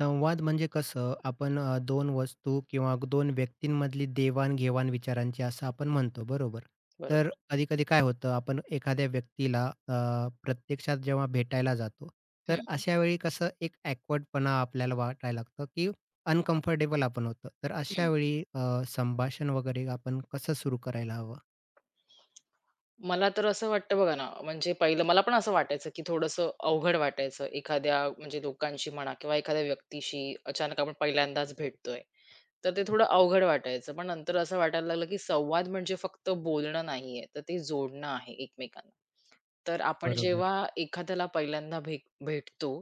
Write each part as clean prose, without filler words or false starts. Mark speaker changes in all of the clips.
Speaker 1: संवाद म्हणजे कसं आपण 2 वस्तू किंवा 2 व्यक्तींमधली देवाण-घेवाण विचारांची असं आपण म्हणतो, बरोबर? तर
Speaker 2: बरोबर.
Speaker 1: कधी-कधी काय होतं, आपण एखाद्या व्यक्तीला प्रत्यक्षात जेव्हा भेटायला जातो, तर
Speaker 2: हं,
Speaker 1: अशा वेळी कसं एक ॲकवर्डपणा आपल्याला वाटायला लागतं, की अनकम्फर्टेबल आपण होतो. तर अशा
Speaker 2: हं.
Speaker 1: वेळी संभाषण वगैरे आपण कसं सुरू करायला हवं?
Speaker 2: मला तर असं वाटतं बघा ना, म्हणजे पहिलं मला पण असं वाटायचं, की थोडंसं अवघड वाटायचं एखाद्या म्हणजे लोकांशी म्हणा किंवा एखाद्या व्यक्तीशी अचानक आपण पहिल्यांदाच भेटतोय. तर ते थोडं अवघड वाटायचं. पण नंतर असं वाटायला लागलं, की संवाद म्हणजे फक्त बोलणं नाहीये, तर ते जोडणं आहे एकमेकांना. तर आपण
Speaker 1: बरोबर.
Speaker 2: जेव्हा एखाद्याला पहिल्यांदा भेटतो,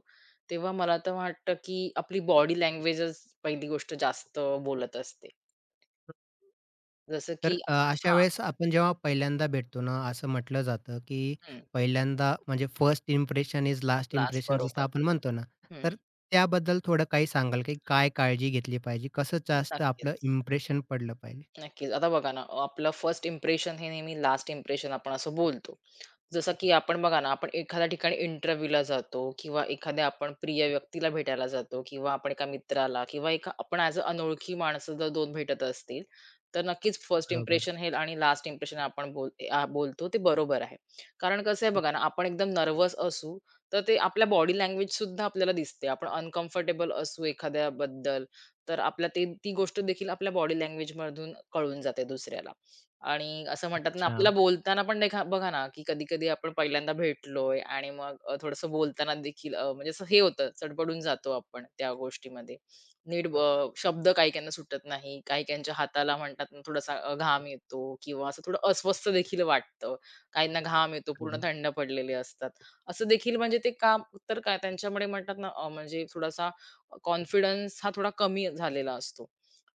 Speaker 2: तेव्हा मला तर वाटतं, की आपली बॉडी लँग्वेजच पहिली गोष्ट जास्त बोलत असते. जसं
Speaker 1: तर
Speaker 2: की
Speaker 1: अशा
Speaker 2: हां,
Speaker 1: वेळेस आपण जेव्हा पहिल्यांदा भेटतो ना, असं म्हटलं जातं, की
Speaker 2: हं.
Speaker 1: पहिल्यांदा म्हणजे first impression is last
Speaker 2: last
Speaker 1: impression जसं
Speaker 2: बरोबर.
Speaker 1: आपण म्हणतो ना, तर त्याबद्दल थोडं काही सांगाल, की काय काळजी घेतली पाहिजे? कसं जास्त आपलं
Speaker 2: नक्कीच,
Speaker 1: इम्प्रेशन पडलं पाहिजे?
Speaker 2: नक्कीच. आता बघा ना, आपलं फर्स्ट इम्प्रेशन हे नेहमी लास्ट इम्प्रेशन आपण असं बोलतो. जसं की आपण बघा ना, आपण एखाद्या ठिकाणी इंटरव्ह्यूला जातो किंवा एखाद्या आपण प्रिय व्यक्तीला भेटायला जातो किंवा आपण एका मित्राला किंवा एका आपण ॲज अ अनोळखी माणसं जर 2 भेटत असतील, तर नक्कीच फर्स्ट
Speaker 1: बरोबर.
Speaker 2: इम्प्रेशन हे आणि लास्ट इम्प्रेशन आपण बोलतो ते बरोबर आहे. कारण कसं आहे बघा ना, आपण एकदम नर्व्हस असू, तर ते आपल्या बॉडी लँग्वेजसुद्धा आपल्याला दिसते. आपण अनकम्फर्टेबल असू एखाद्याबद्दल तर आपल्या ते ती गोष्ट देखील आपल्या बॉडी लँग्वेजमधून कळून जाते दुसऱ्याला. आणि असं म्हणतात ना,
Speaker 1: अच्छा.
Speaker 2: आपल्याला बोलताना पण देखा बघा ना, की कधी-कधी आपण पहिल्यांदा भेटलोय आणि मग थोडंसं बोलताना देखील म्हणजे असं हे होतं, चडबडून जातो आपण त्या गोष्टीमध्ये. नीट
Speaker 1: बरोबर,
Speaker 2: शब्द काही-काहींना सुटत नाही. काही-काहींच्या हाताला म्हणतात ना, थोडासा घाम येतो किंवा असं थोडं अस्वस्थ देखील वाटतं. काहींना घाम येतो, पूर्ण
Speaker 1: बरोबर.
Speaker 2: थंड पडलेले असतात. असं देखील म्हणजे ते काम तर काय त्यांच्यामुळे म्हणतात ना, म्हणजे थोडासा कॉन्फिडन्स हा थोडा कमी झालेला असतो.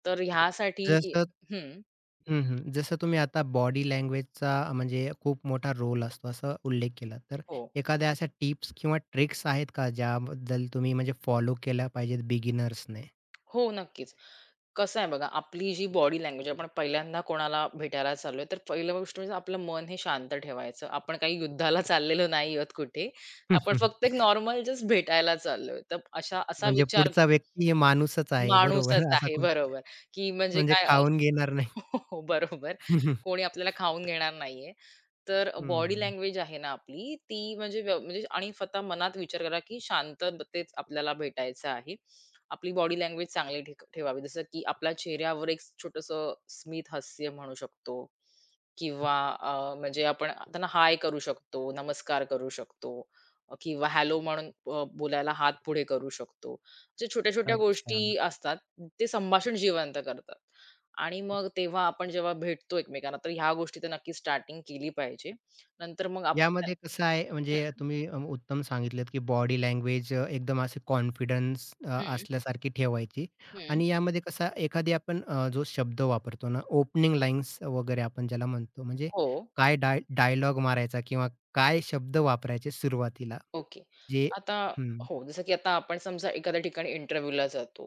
Speaker 2: तर ह्यासाठी
Speaker 1: जसं
Speaker 2: हं.
Speaker 1: हं, हं. जसं तुम्ही आता बॉडी लँग्वेजचा म्हणजे खूप मोठा रोल असतो, असा उल्लेख केला. तर
Speaker 2: हो.
Speaker 1: एखाद्या अशा टिप्स किंवा ट्रिक्स आहेत का, ज्याबद्दल तुम्ही म्हणजे फॉलो केल्या पाहिजेत बिगिनर्सने?
Speaker 2: हो, नक्कीच. कसं आहे बघा, आपली जी बॉडी लँग्वेज आपण पहिल्यांदा कोणाला भेटायला चाललोय, तर पहिली गोष्ट म्हणजे आपलं मन हे शांत ठेवायचं. आपण काही युद्धाला चाललेलो नाही आहोत कुठे. आपण फक्त एक नॉर्मल जस्ट भेटायला चाललोय. तर अशा असा
Speaker 1: म्हणजे
Speaker 2: विचार
Speaker 1: पुढचा व्यक्ती हे माणूसच आहे, बरोबर.
Speaker 2: माणूसच
Speaker 1: असा
Speaker 2: आहे,
Speaker 1: कोण
Speaker 2: बरोबर, की म्हणजे
Speaker 1: म्हणजे
Speaker 2: काय
Speaker 1: खाऊन घेणार नाही.
Speaker 2: हो, हो, बरोबर. कोणी आपल्याला खाऊन घेणार नाहीये. तर बॉडी
Speaker 1: हं.
Speaker 2: लँग्वेज आहे ना आपली, ती म्हणजे व्यव म्हणजे आणि स्वतः मनात विचार करा, की शांततेत आपल्याला भेटायचं आहे. आपली बॉडी लँग्वेज चांगली ठेवावी. जसं की आपल्या चेहऱ्यावर एक छोटंसं स्मित हास्य म्हणू शकतो किंवा म्हणजे आपण त्यांना हाय करू शकतो, नमस्कार करू शकतो किंवा हॅलो म्हणून बोलायला हात पुढे करू शकतो. म्हणजे छोट्या-छोट्या
Speaker 1: अच्छा.
Speaker 2: गोष्टी असतात, ते संभाषण जिवंत करतात. आणि मग तेव्हा आपण जेव्हा भेटतो एकमेकांना, तर ह्या गोष्टी तर नक्की स्टार्टिंग केली पाहिजे. नंतर मग आपण त्या
Speaker 1: यामध्ये कसं आहे म्हणजे
Speaker 2: हं,
Speaker 1: तुम्ही उत्तम सांगितलत, की बॉडी लँग्वेज एकदम असे कॉन्फिडन्स
Speaker 2: हं,
Speaker 1: असल्यासारखी ठेवायची
Speaker 2: हं.
Speaker 1: आणि यामध्ये कसं एखादी आपण जो शब्द वापरतो ना, ओपनिंग लाईन्स वगैरे आपण ज्याला म्हणतो, म्हणजे
Speaker 2: हो.
Speaker 1: काय डायलॉग मारायचा किंवा काय शब्द वापरायचे सुरुवातीला
Speaker 2: ओके.
Speaker 1: जे
Speaker 2: आता
Speaker 1: हं.
Speaker 2: हो, जसं की आता आपण समजा एखाद्या ठिकाणी इंटरव्ह्यूला जातो.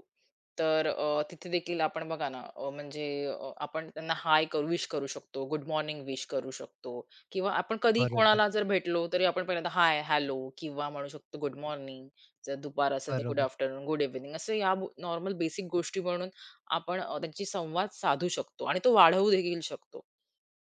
Speaker 2: तर तिथे देखील आपण बघा ना, म्हणजे आपण त्यांना हाय करू विश करू शकतो, गुड मॉर्निंग विश करू शकतो किंवा आपण कधीही
Speaker 1: बरोबर,
Speaker 2: कोणाला जर भेटलो, तरी आपण पहिल्यांदा हाय, हॅलो किंवा म्हणू शकतो गुड मॉर्निंग. जर दुपार असेल, तर गुड
Speaker 1: बरोबर.
Speaker 2: आफ्टरनून, गुड इव्हनिंग असं या नॉर्मल बेसिक गोष्टी म्हणून आपण त्यांची संवाद साधू शकतो आणि तो वाढवू देखील शकतो.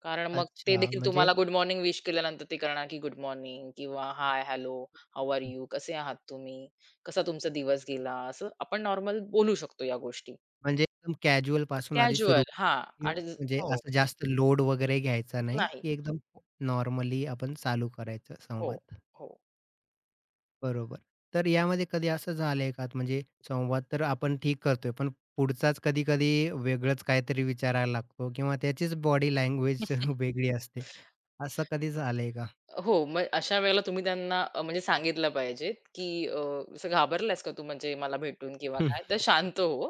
Speaker 2: कारण मग ते
Speaker 1: अच्छा
Speaker 2: देखील
Speaker 1: म्हणजे
Speaker 2: तुम्हाला गुड मॉर्निंग विश केल्यानंतर ते करणार की गुड मॉर्निंग किंवा hi, hello, how are you? कसे आहात तुम्ही? कसा तुमचा दिवस गेला? असं आपण नॉर्मल बोलू शकतो या गोष्टी.
Speaker 1: म्हणजे एकदम कॅज्युअल पासून आधी
Speaker 2: कॅज्युअल
Speaker 1: सुरू
Speaker 2: हां
Speaker 1: केली.
Speaker 2: आणि ज-
Speaker 1: म्हणजे
Speaker 2: हो.
Speaker 1: असं जास्त लोड वगैरे घ्यायचा नाही,
Speaker 2: नाही.
Speaker 1: की एकदम नॉर्मली आपण चालू करायचं
Speaker 2: हो,
Speaker 1: संवाद.
Speaker 2: हो.
Speaker 1: बरोबर. तर यामध्ये कधी असं झालंय का? म्हणजे संवाद तर आपण ठीक करतोय, पण पुढचाच कधी-कधी वेगळंच काहीतरी विचारायला लागतो किंवा त्याचीच बॉडी लँग्वेज वेगळी असते. असं कधी झालंय का?
Speaker 2: हो, मग अशा वेळेला तुम्ही त्यांना म्हणजे सांगितलं पाहिजे, की "असं घाबरलायस का तू म्हणजे मला भेटून किंवा काय? तर शांत हो."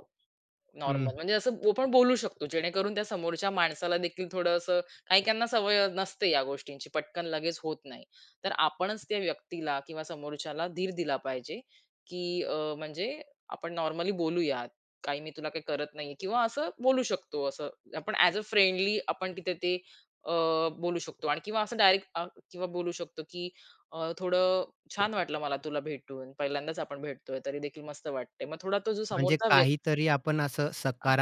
Speaker 1: हं.
Speaker 2: नॉर्मल म्हणजे असं आपण बोलू शकतो, जेणेकरून त्या समोरच्या माणसाला देखील थोडं असं काही-काहींना सवय नसते या गोष्टींची, पटकन लगेच होत नाही. तर आपणच त्या व्यक्तीला किंवा समोरच्याला धीर दिला पाहिजे, की म्हणजे आपण नॉर्मली बोलूयात. काही मी तुला काही करत नाहीये किंवा असं बोलू शकतो असं. आपण ॲज अ फ्रेंडली आपण तिथे ते अ, बोलू शकतो आणि किंवा असं डायरेक्ट किंवा बोलू शकतो, की थोडं छान वाटलं मला तुला भेटून. पहिल्यांदाच आपण भेटतोय तरी देखील मस्त वाटतंय. मग थोडा तो जो
Speaker 1: म्हणजे
Speaker 2: समोरचा
Speaker 1: काहीतरी आपण असं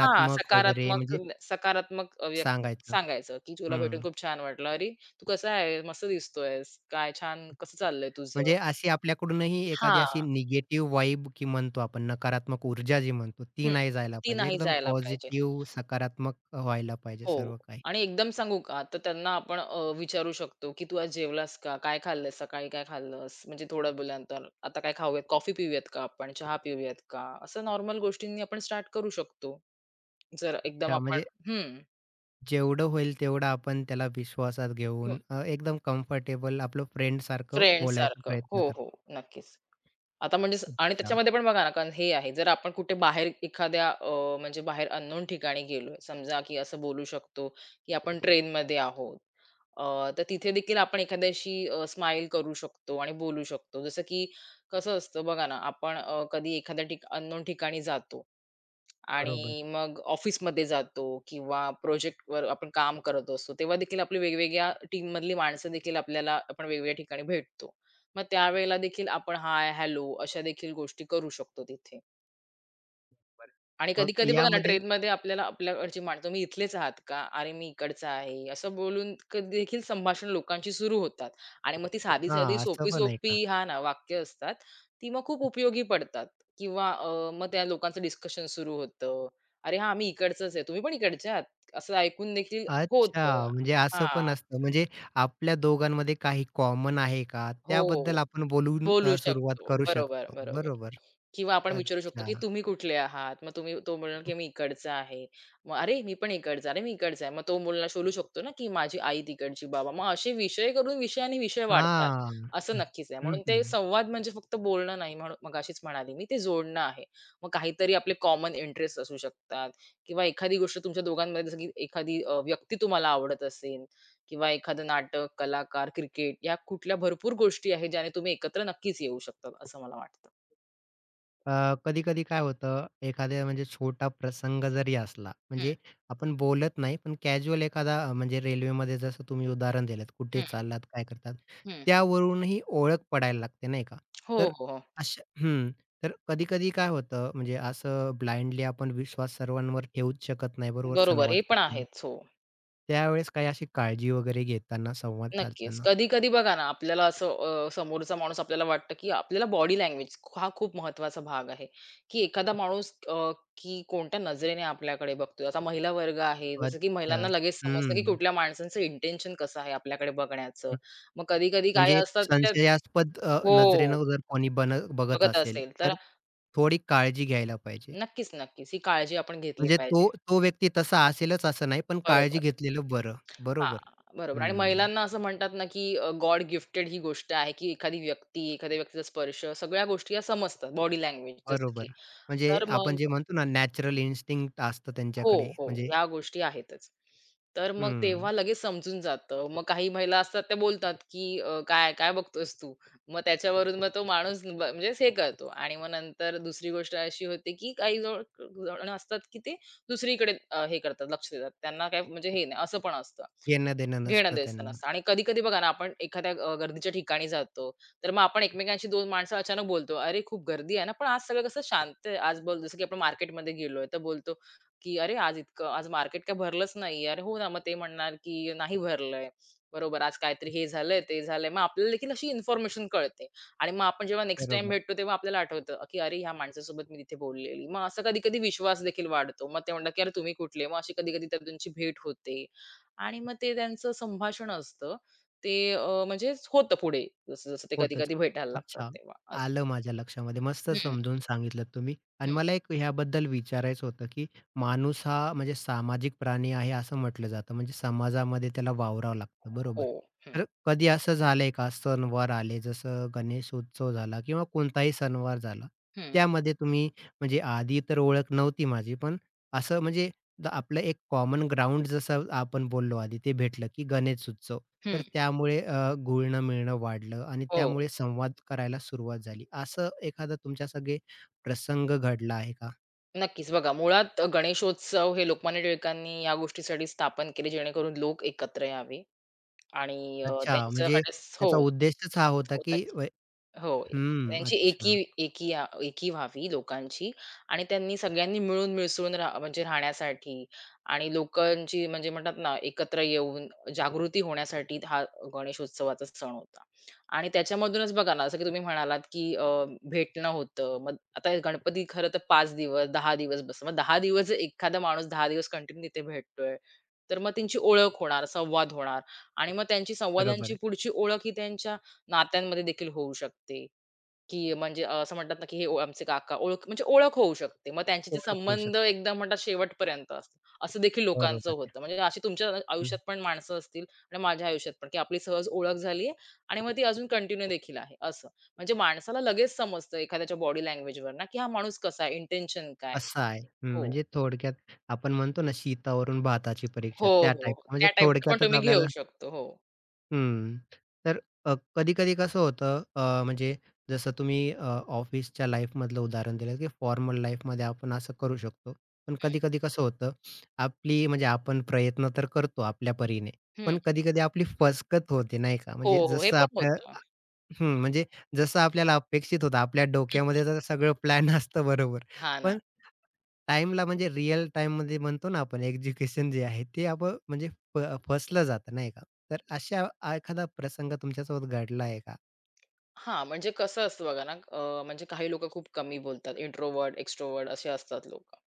Speaker 2: हां,
Speaker 1: वगैरे
Speaker 2: सकारात्मक
Speaker 1: म्हणजे
Speaker 2: सकारात्मक व्यक्त
Speaker 1: सांगायचं.
Speaker 2: सांगायचं, की "तुला भेटून
Speaker 1: हं.
Speaker 2: खूप छान वाटलं. अरे, तू कसा आहे? मस्त दिसतोयस. काय छान कसं चाललंय तुझं?"
Speaker 1: म्हणजे अशी आपल्याकडूनही एखादी
Speaker 2: हां,
Speaker 1: अशी निगेटिव्ह वाइब, की म्हणतो आपण नकारात्मक ऊर्जा जी म्हणतो ती
Speaker 2: हं.
Speaker 1: नाही जायला
Speaker 2: ती
Speaker 1: पाहिजे.
Speaker 2: नाही
Speaker 1: एकदम
Speaker 2: जायला पाहिजे.
Speaker 1: पॉझिटिव्ह सकारात्मक व्हायला पाहिजे
Speaker 2: हो.
Speaker 1: सर्व काही.
Speaker 2: आणि एकदम सांगू का, तर त्यांना आपण विचारू शकतो, की "तू आज जेवलास का? काय खाल्लंस? सकाळी काय खाल्लंस?" म्हणजे थोड्या वेळानंतर, "आता काय खाऊयात? कॉफी पिऊयात का आपण? चहा पिऊयात का?" असं नॉर्मल गोष्टींनी आपण स्टार्ट करू शकतो. जर एकदम
Speaker 1: अच्छा
Speaker 2: आपण
Speaker 1: म्हणजे
Speaker 2: हं,
Speaker 1: जेवढं होईल तेवढं आपण त्याला विश्वासात घेऊन एकदम कम्फर्टेबल आपलं फ्रेंडसारखं बोलायचा
Speaker 2: फ्रेंडसारखं. हो,
Speaker 1: प्रयत्न करतो.
Speaker 2: हो. नक्कीच. आता म्हणजे स आणि
Speaker 1: अच्छा.
Speaker 2: त्याच्यामध्ये पण बघा ना, कारण हे आहे जर आपण कुठे बाहेर एखाद्या म्हणजे बाहेर अननोन ठिकाणी गेलोय, समजा की असं बोलू शकतो, की आपण ट्रेनमध्ये आहोत. अ, तर तिथे देखील आपण एखाद्याशी स्माईल करू शकतो आणि बोलू शकतो. जसं की कसं असतं बघा ना, आपण कधी एखाद्या ठिक अननोन ठिकाणी जातो
Speaker 1: बरोबर,
Speaker 2: आणि मग ऑफिसमध्ये जातो किंवा प्रोजेक्टवर आपण काम करत असतो, तेव्हा देखील आपली वेगवेगळ्या टीममधली माणसं देखील आपल्याला आपण वेगवेगळ्या ठिकाणी भेटतो. मग त्यावेळेला देखील आपण हाय, हॅलो अशा देखील गोष्टी करू शकतो तिथे.
Speaker 1: बरोबर.
Speaker 2: आणि
Speaker 1: मग
Speaker 2: कधी-कधी बघा ना,
Speaker 1: यामध्ये
Speaker 2: ट्रेनमध्ये आपल्याला आपल्याकडची माणसं, "तुम्ही इथलेच आहात का? अरे, मी इकडचा आहे." असं बोलून कधी देखील संभाषण लोकांची सुरू होतात आणि मग ती साधी-साधी,
Speaker 1: हां, असं पण आहे का?
Speaker 2: सोपी-सोपी हा ना, वाक्य असतात, ती मग खूप उपयोगी पडतात किंवा मग त्या लोकांचं डिस्कशन सुरू होतं. "अरे हां, मी इकडचाच आहे. तुम्ही पण इकडचे आहात." असं ऐकून देखील होतं.
Speaker 1: अच्छा. म्हणजे असं
Speaker 2: हां.
Speaker 1: पण असतं. म्हणजे आपल्या दोघांमध्ये काही कॉमन आहे का?
Speaker 2: हो.
Speaker 1: त्याबद्दल आपण बोलून
Speaker 2: बोलू
Speaker 1: सुरुवात
Speaker 2: शकतो.
Speaker 1: करू
Speaker 2: बरोबर,
Speaker 1: शकतो.
Speaker 2: बरोबर.
Speaker 1: बरोबर.
Speaker 2: किंवा आपण विचारू शकतो,
Speaker 1: अच्छा.
Speaker 2: की तुम्ही कुठले आहात? मग तुम्ही तो बोलणार, की मी इकडचा आहे. मग "अरे, मी पण इकडचा. अरे, मी इकडचा आहे." मग तो बोलणार शोधू शकतो ना, की माझी आई तिकडची, बाबा. मग असे विषय करून विषयाने विषय वाढतात.
Speaker 1: हां.
Speaker 2: असं
Speaker 1: हं.
Speaker 2: नक्कीच आहे.
Speaker 1: हं,
Speaker 2: म्हणून ते
Speaker 1: हं.
Speaker 2: संवाद म्हणजे फक्त बोलणं नाही, म्हणून मगाशीच म्हणाले मी, ते जोडणं आहे. मग काहीतरी आपले कॉमन इंटरेस्ट असू शकतात किंवा एखादी गोष्ट तुमच्या दोघांमध्ये जसं की एखादी व्यक्ती तुम्हाला आवडत असेल किंवा एखादं नाटक, कलाकार, क्रिकेट या कुठल्या भरपूर गोष्टी आहेत ज्याने तुम्ही एकत्र नक्कीच येऊ शकतात, असं मला वाटतं.
Speaker 1: कधी-कधी काय होतं, एखाद्या म्हणजे छोटा प्रसंग जरी असला,
Speaker 2: हं,
Speaker 1: म्हणजे आपण बोलत नाही, पण कॅज्युअल एखादा म्हणजे रेल्वेमध्ये जसं तुम्ही उदाहरण दिलंत, कुठे
Speaker 2: हं.
Speaker 1: चाललात, काय करतात,
Speaker 2: हं.
Speaker 1: त्यावरूनही ओळख पडायला लागते, नाही का?
Speaker 2: हो,
Speaker 1: तर
Speaker 2: हो, हो.
Speaker 1: अशा हं. तर कधी-कधी काय होतं, म्हणजे असं ब्लाइंडली आपण विश्वास सर्वांवर ठेवूच शकत नाही, बरोबर,
Speaker 2: बरोबर
Speaker 1: संवाद
Speaker 2: हे पण
Speaker 1: करताना.
Speaker 2: आहेच. हो,
Speaker 1: त्यावेळेस काही अशी काळजी वगैरे घेताना, संवाद
Speaker 2: नक्कीच.
Speaker 1: साधताना?
Speaker 2: कधी-कधी बघा ना, आपल्याला असं समोरचा माणूस आपल्याला वाटतं, की आपल्याला बॉडी लँग्वेज हा खूप महत्त्वाचा भाग आहे, की एखादा माणूस की कोणत्या नजरेने आपल्याकडे बघतोय. आता महिला वर्ग आहे, जसं की
Speaker 1: अच्छा.
Speaker 2: महिलांना लगेच समजतं, की
Speaker 1: हं.
Speaker 2: कुठल्या माणसांचं इंटेन्शन कसं आहे आपल्याकडे बघण्याचं.
Speaker 1: हं,
Speaker 2: मग कधी-कधी काही
Speaker 1: म्हणजे एक
Speaker 2: असतात त्या
Speaker 1: संशयास्पद
Speaker 2: हो,
Speaker 1: नजरेनं जर कोणी बघत
Speaker 2: बघत
Speaker 1: असेल,
Speaker 2: असेल तर
Speaker 1: तर थोडी काळजी घ्यायला पाहिजे.
Speaker 2: नक्कीच, नक्कीच ही काळजी आपण घेतली
Speaker 1: म्हणजे तो
Speaker 2: पाहिजे.
Speaker 1: तो व्यक्ती तसा असेलच असं नाही, पण काळजी
Speaker 2: बरोबर.
Speaker 1: घेतलेलं बरं. बरोबर.
Speaker 2: हां, बरोबर आणि
Speaker 1: हं,
Speaker 2: महिलांना असं म्हणतात ना, की गॉड गिफ्टेड ही गोष्ट आहे, की एखादी व्यक्ती, एखाद्या व्यक्तीचा स्पर्श सगळ्या गोष्टी या समजतात बॉडी लँग्वेज जसं की.
Speaker 1: बरोबर. म्हणजे
Speaker 2: तर मग
Speaker 1: आपण जे म्हणतो ना नॅचरल इन्स्टिंक्ट असतं
Speaker 2: हो,
Speaker 1: त्यांच्याकडे
Speaker 2: हो,
Speaker 1: म्हणजे
Speaker 2: या गोष्टी आहेतच. तर मग
Speaker 1: हं,
Speaker 2: तेव्हा लगेच समजून जातं. मग काही महिला असतात त्या बोलतात, की "काय, काय बघतोयस तू?" मग त्याच्यावरून मग तो माणूस ब म्हणजे हे करतो आणि मग नंतर दुसरी गोष्ट अशी होते, की काही जण जण असतात, की ते दुसरीकडे हे करतात, लक्ष देतात. त्यांना काय म्हणजे हे नाही, असं पण असतं.
Speaker 1: घेणं-देणं
Speaker 2: घेणं
Speaker 1: नसतं
Speaker 2: द्यायचं
Speaker 1: त्यांना.
Speaker 2: नसतं आणि कधी-कधी बघा ना, आपण एखाद्या गर्दीच्या ठिकाणी जातो, तर मग आपण एकमेकांशी 2 माणसं अचानक बोलतो, "अरे, खूप गर्दी आहे ना," पण आज सगळं कसं शांत आहे. आज बोल जसं की आपण मार्केटमध्ये गेलोय, तर बोलतो, की "अरे, आज इतकं आज मार्केट काय भरलंच नाही." अरे, हो ना, मग ते म्हणणार, की "नाही भरलंय." बरोबर, "आज काहीतरी हे झालंय, ते झालंय." मग आपल्याला देखील अशी इन्फॉर्मेशन कळते आणि मग आपण जेव्हा नेक्स्ट टाईम
Speaker 1: बरोबर.
Speaker 2: भेटतो, तेव्हा आपल्याला आठवतं, की "अरे, ह्या माणसासोबत मी तिथे बोललेली." मग असं कधी-कधी विश्वास देखील वाढतो. मग ते म्हणतात, की "अरे, तुम्ही कुठले?" मग अशी कधी-कधी त्यांची भेट होते. आणि मग ते त्यांचं संभाषण असतं. ते म्हणजेच होतं पुढे जसं-जसं ते
Speaker 1: होतच.
Speaker 2: कधी-कधी भेटायला लागतात
Speaker 1: अच्छा,
Speaker 2: तेव्हा असं.
Speaker 1: आलं माझ्या लक्षामध्ये. मस्त
Speaker 2: हं,
Speaker 1: समजून सांगितलंत तुम्ही. आणि
Speaker 2: हं.
Speaker 1: मला एक ह्याबद्दल विचारायचं होतं, की माणूस हा म्हणजे सामाजिक प्राणी आहे असं म्हटलं जातं. म्हणजे समाजामध्ये त्याला वावरावं लागतं, बरोबर.
Speaker 2: हो, हं,
Speaker 1: तर कधी असं झालंय का? सणवार आले, जसं गणेश उत्सव झाला किंवा कोणताही सणवार झाला,
Speaker 2: हं,
Speaker 1: त्यामध्ये तुम्ही म्हणजे आधी तर ओळख नव्हती माझी, पण असं म्हणजे तर आपलं एक कॉमन ग्राउंड जसं आपण बोललो आधी ते भेटलं, की गणेश उत्सव. तर
Speaker 2: हं.
Speaker 1: त्यामुळे घुळणं-मिळणं वाढलं आणि
Speaker 2: हो,
Speaker 1: त्यामुळे संवाद करायला सुरुवात झाली. असं एखादा तुमच्या प्रसंग घडला आहे का?
Speaker 2: नक्कीच. बघा मुळात गणेशोत्सव हे लोकमान्य टिळकांनी या गोष्टीसाठी स्थापन केले जेणेकरून लोक एकत्र यावे आणि
Speaker 1: अच्छा, म्हणजे
Speaker 2: त्यांच्याकडे स-
Speaker 1: त्याचा
Speaker 2: हो,
Speaker 1: उद्देशच हा होता,
Speaker 2: होतं.
Speaker 1: की
Speaker 2: हो.
Speaker 1: हं,
Speaker 2: त्यांची एकी
Speaker 1: अच्छा.
Speaker 2: एकी अ, एकी व्हावी लोकांची आणि त्यांनी सगळ्यांनी मिळून मिसळून राह म्हणजे राहण्यासाठी आणि लोकांची म्हणजे म्हणतात ना, एकत्र येऊन जागृती होण्यासाठी हा गणेशोत्सवाचा सण होता. आणि त्याच्यामधूनच बघा ना, जसं की तुम्ही म्हणालात, की भेटणं होतं. मग आता हे गणपती खरं तर 5 दिवस, 10 दिवस बसतो. मग 10 दिवस जर एखादा माणूस 10 दिवस कंटिन्यू तिथे भेटतोय, तर मग त्यांची ओळख होणार, संवाद होणार आणि मग त्यांची
Speaker 1: बरोबर
Speaker 2: संवादांची
Speaker 1: आहे.
Speaker 2: पुढची ओळख ही त्यांच्या नात्यांमध्ये देखील होऊ शकते, की म्हणजे असं म्हणतात ना, की हे ओ- आमचे काका ओळख म्हणजे ओळख होऊ शकते. मग त्यांचे ते
Speaker 1: ओळख होऊ
Speaker 2: संबंध
Speaker 1: शकते.
Speaker 2: एकदम म्हणतात शेवटपर्यंत असतात. असं देखील लोकांचं
Speaker 1: बरोबर आहे.
Speaker 2: होतं. म्हणजे अशी तुमच्या
Speaker 1: हं.
Speaker 2: आयुष्यात पण माणसं असतील आणि माझ्या आयुष्यात पण, की आपली सहज ओळख झाली आणि मग ती अजून कंटिन्यू देखील आहे असं. म्हणजे माणसाला लगेच समजतं एखाद्याच्या बॉडी लँग्वेजवरनं, की हा माणूस कसा आहे, इंटेन्शन काय?
Speaker 1: असं आहे. हं,
Speaker 2: हो.
Speaker 1: म्हणजे थोडक्यात आपण म्हणतो ना, "शीतावरून भाताची
Speaker 2: हो,
Speaker 1: परीक्षा" त्या
Speaker 2: हो, हो.
Speaker 1: टाइपचं. म्हणजे
Speaker 2: त्या टाईपचं पण
Speaker 1: थोडक्यातच
Speaker 2: तुम्ही
Speaker 1: आपल्याला
Speaker 2: घेऊ शकतो. हो.
Speaker 1: हं. तर कधी-कधी कसं होतं, म्हणजे जसं तुम्ही ऑफिसच्या लाईफमधलं उदाहरण दिलं, की फॉर्मल लाईफमध्ये आपण असं करू शकतो. पण
Speaker 2: हं,
Speaker 1: कधी-कधी कसं होतं, आपली म्हणजे आपण प्रयत्न तर करतो आपल्या परीने,
Speaker 2: हं.
Speaker 1: पण कधी-कधी आपली फसगत होते नाही का?
Speaker 2: हो,
Speaker 1: म्हणजे
Speaker 2: हो. हे
Speaker 1: जसं
Speaker 2: पण
Speaker 1: आपल्या
Speaker 2: होतं.
Speaker 1: हं, म्हणजे जसं आपल्याला अपेक्षित होतं, आपल्या डोक्यामध्ये तर सगळं प्लॅन असतं, बरोबर.
Speaker 2: हां ना.
Speaker 1: पण टाईमला म्हणजे रिअल टाईममध्ये म्हणतो ना आपण एक्झिक्युशन जे आहे ते आपण म्हणजे फ फसलं जातं नाही का? तर अशा एखादा प्रसंग तुमच्यासोबत घडला आहे का?
Speaker 2: हां, म्हणजे कसं असतं बघा ना, म्हणजे काही लोकं खूप कमी बोलतात. इंट्रोव्हर्ट, एक्स्ट्रोव्हर्ट असे असतात लोकं.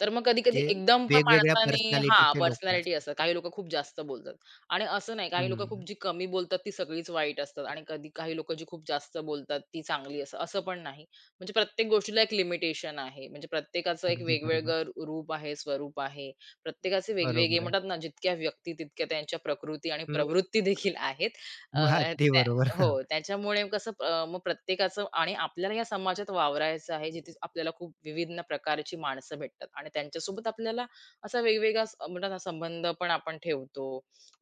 Speaker 2: तर मग कधी-कधी
Speaker 1: म्हणजे
Speaker 2: एकदम पण
Speaker 1: वेगवेगळ्या
Speaker 2: माणसाने हां,
Speaker 1: पर्सनॅलिटीचे लोकं
Speaker 2: पर्सनॅलिटी
Speaker 1: असतात.
Speaker 2: असतात. काही लोकं खूप जास्त बोलतात आणि असं नाही, काही लोकं
Speaker 1: हं.
Speaker 2: खूप जी कमी बोलतात ती सगळीच वाईट असतात आणि कधी काही लोकं जी खूप जास्त बोलतात ती चांगली असतात, असं पण नाही. म्हणजे प्रत्येक गोष्टीला एक लिमिटेशन आहे. म्हणजे प्रत्येकाचं एक
Speaker 1: अगदी बरोबर.
Speaker 2: वेगवेगळं रूप आहे, स्वरूप आहे. प्रत्येकाचे वेगवेगळे
Speaker 1: बरोबर आहे.
Speaker 2: म्हणतात ना, जितक्या व्यक्ती तितक्या त्यांच्या प्रकृती आणि
Speaker 1: हं.
Speaker 2: प्रवृत्ती देखील आहेत. अ,
Speaker 1: अगदी
Speaker 2: त्या
Speaker 1: बरोबर.
Speaker 2: हो, त्याच्यामुळे कसं मग प्रत्येकाचं आणि आपल्याला या समाजात वावरायचं आहे, जिथे आपल्याला खूप विविध न प्रकारची माणसं भेटतात आणि त्यांच्यासोबत आपल्याला असा वेगवेगळा म्हणतात ना संबंध पण आपण ठेवतो.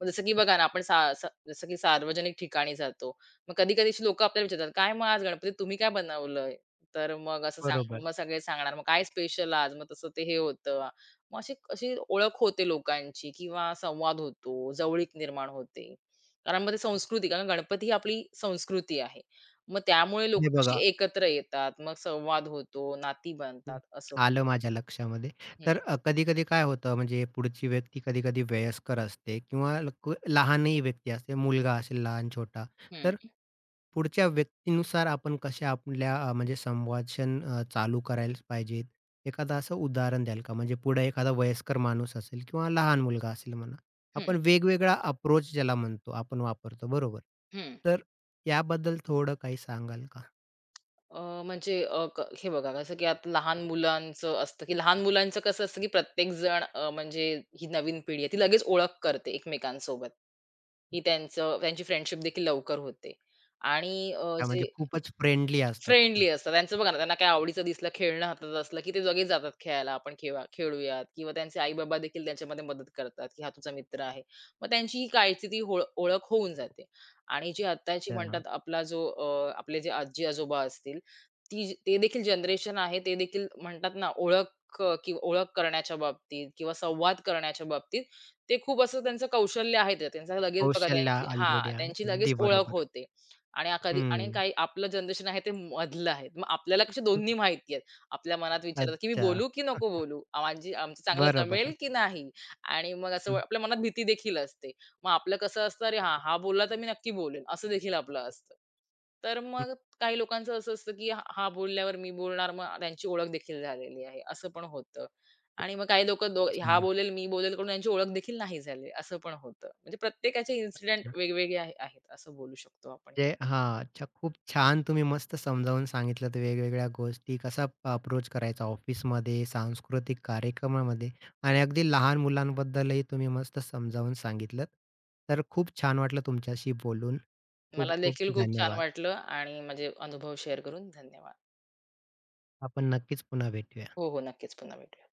Speaker 2: मग जसं की बघा ना, आपण सा स जसं की सार्वजनिक ठिकाणी जातो. मग कधी-कधी अशी लोकं आपल्याला विचारतात, "काय मग आज गणपतीत तुम्ही काय बनवलंय?" तर मग असं सांग
Speaker 1: बरोबर.
Speaker 2: मग सगळे सांगणार, "मग काय स्पेशल आज?" मग तसं ते हे होतं. मग अशी अशी ओळख होते लोकांची किंवा संवाद होतो, जवळीक निर्माण होते. कारण मग ते संस्कृती कारण गणपती ही आपली संस्कृती आहे. मग त्यामुळे लोकं
Speaker 1: हे
Speaker 2: कशी
Speaker 1: बघा
Speaker 2: एकत्र येतात, मग संवाद होतो, नाती
Speaker 1: हं,
Speaker 2: बनतात असं.
Speaker 1: आलं माझ्या लक्षामध्ये.
Speaker 2: हं,
Speaker 1: तर कधी-कधी काय होतं म्हणजे पुढची व्यक्ती कधी-कधी वयस्कर असते किंवा लहानही व्यक्ती असते, मुलगा असेल लहान छोटा.
Speaker 2: हं,
Speaker 1: तर पुढच्या व्यक्तीनुसार आपण कशा आपल्या म्हणजे संभाषण चालू करायलाच पाहिजेत? एखादं असं उदाहरण द्याल का? म्हणजे पुढे एखादा वयस्कर माणूस असेल किंवा लहान मुलगा असेल म्हणा,
Speaker 2: हं,
Speaker 1: आपण वेगवेगळा अप्रोच ज्याला म्हणतो आपण वापरतो, बरोबर.
Speaker 2: हं.
Speaker 1: तर याबद्दल थोडं काही सांगाल का?
Speaker 2: अ, म्हणजे क हे बघा कसं की आता लहान मुलांचं असतं की लहान मुलांचं कसं असतं की प्रत्येक जण म्हणजे ही नवीन पिढी आहे ती लगेच ओळख करते एकमेकांसोबत. की त्यांचं त्यांची फ्रेंडशिप देखील लवकर होते आणि
Speaker 1: हां, म्हणजे
Speaker 2: जे
Speaker 1: खूपच फ्रेंडली असतात ते.
Speaker 2: फ्रेंडली असतात. त्यांचं बघा ना, त्यांना काही आवडीचं दिसलं, खेळणं हातात असलं, की ते लगेच जातात खेळायला. आपण खेळूयात किंवा त्यांचे आई-बाबा देखील त्यांच्यामध्ये मदत करतात, की हा तुझा मित्र आहे. मग त्यांची ही काळची ती ओळ ओळख होऊन जाते. आणि जी आत्ताची म्हणतात आपला जो आपले जे आजी-आजोबा असतील, ती जी- ते देखील जनरेशन आहे. ते देखील म्हणतात ना, ओळख किंवा ओळख करण्याच्या बाबतीत किंवा संवाद करण्याच्या बाबतीत ते खूप असं त्यांचं कौशल्य आहे. ते त्यांचं लगेच बघा
Speaker 1: कौशल्य
Speaker 2: त्यांची हां,
Speaker 1: ऑलरेडी आहे.
Speaker 2: त्यांची लगेच
Speaker 1: अगदी
Speaker 2: ओळख
Speaker 1: बरोबर.
Speaker 2: होते. आणि आ कधी आणि
Speaker 1: हं.
Speaker 2: काही आपलं जनरेशन आहे ते मधलं आहे. मग आपल्याला कसे दोन्ही माहिती आहेत. आपल्या मनात विचार येतात, की मी
Speaker 1: अच्छा.
Speaker 2: बोलू की
Speaker 1: हं,
Speaker 2: नको बोलू? आ- माझी आमचं चांगलं
Speaker 1: बरोबर
Speaker 2: जमेल
Speaker 1: आहे.
Speaker 2: की नाही? आणि मग असं
Speaker 1: हं,
Speaker 2: आपल्या मनात भीती देखील असते. मग आपलं कसं असतं, "अरे हां, हा बोलला तर मी नक्की बोलेन." असं देखील आपलं असतं. तर
Speaker 1: हं.
Speaker 2: मग काही लोकांचं असं असतं, की हा हा बोलल्यावर मी बोलणार, मग त्यांची ओळख देखील झालेली आहे, असं पण होतं. आणि मग काही लोकं
Speaker 1: अच्छा,
Speaker 2: हा बोलेल, मी बोलेल करून त्यांची ओळख देखील नाही झाली, असं पण होतं. म्हणजे प्रत्येकाचे इन्सिडेंट
Speaker 1: अच्छा.
Speaker 2: वेगवेगळे आहेत, असं बोलू शकतो आपण.
Speaker 1: जे हां. अच्छा. खूप छान तुम्ही मस्त समजावून सांगितलंत वेगवेगळ्या गोष्टी कसा अप्रोच करायचा ऑफिसमध्ये, सांस्कृतिक कार्यक्रमामध्ये आणि अगदी लहान मुलांबद्दलही तुम्ही मस्त समजावून सांगितलंत. तर खूप छान वाटलं तुमच्याशी बोलून. खूप
Speaker 2: मला
Speaker 1: खूप
Speaker 2: देखील खूप छान
Speaker 1: धन्यवाद.
Speaker 2: वाटलं आणि माझे अनुभव शेअर करून धन्यवाद.
Speaker 1: आपण नक्कीच पुन्हा भेटूया.
Speaker 2: हो, हो. नक्कीच. पुन्हा भेटू.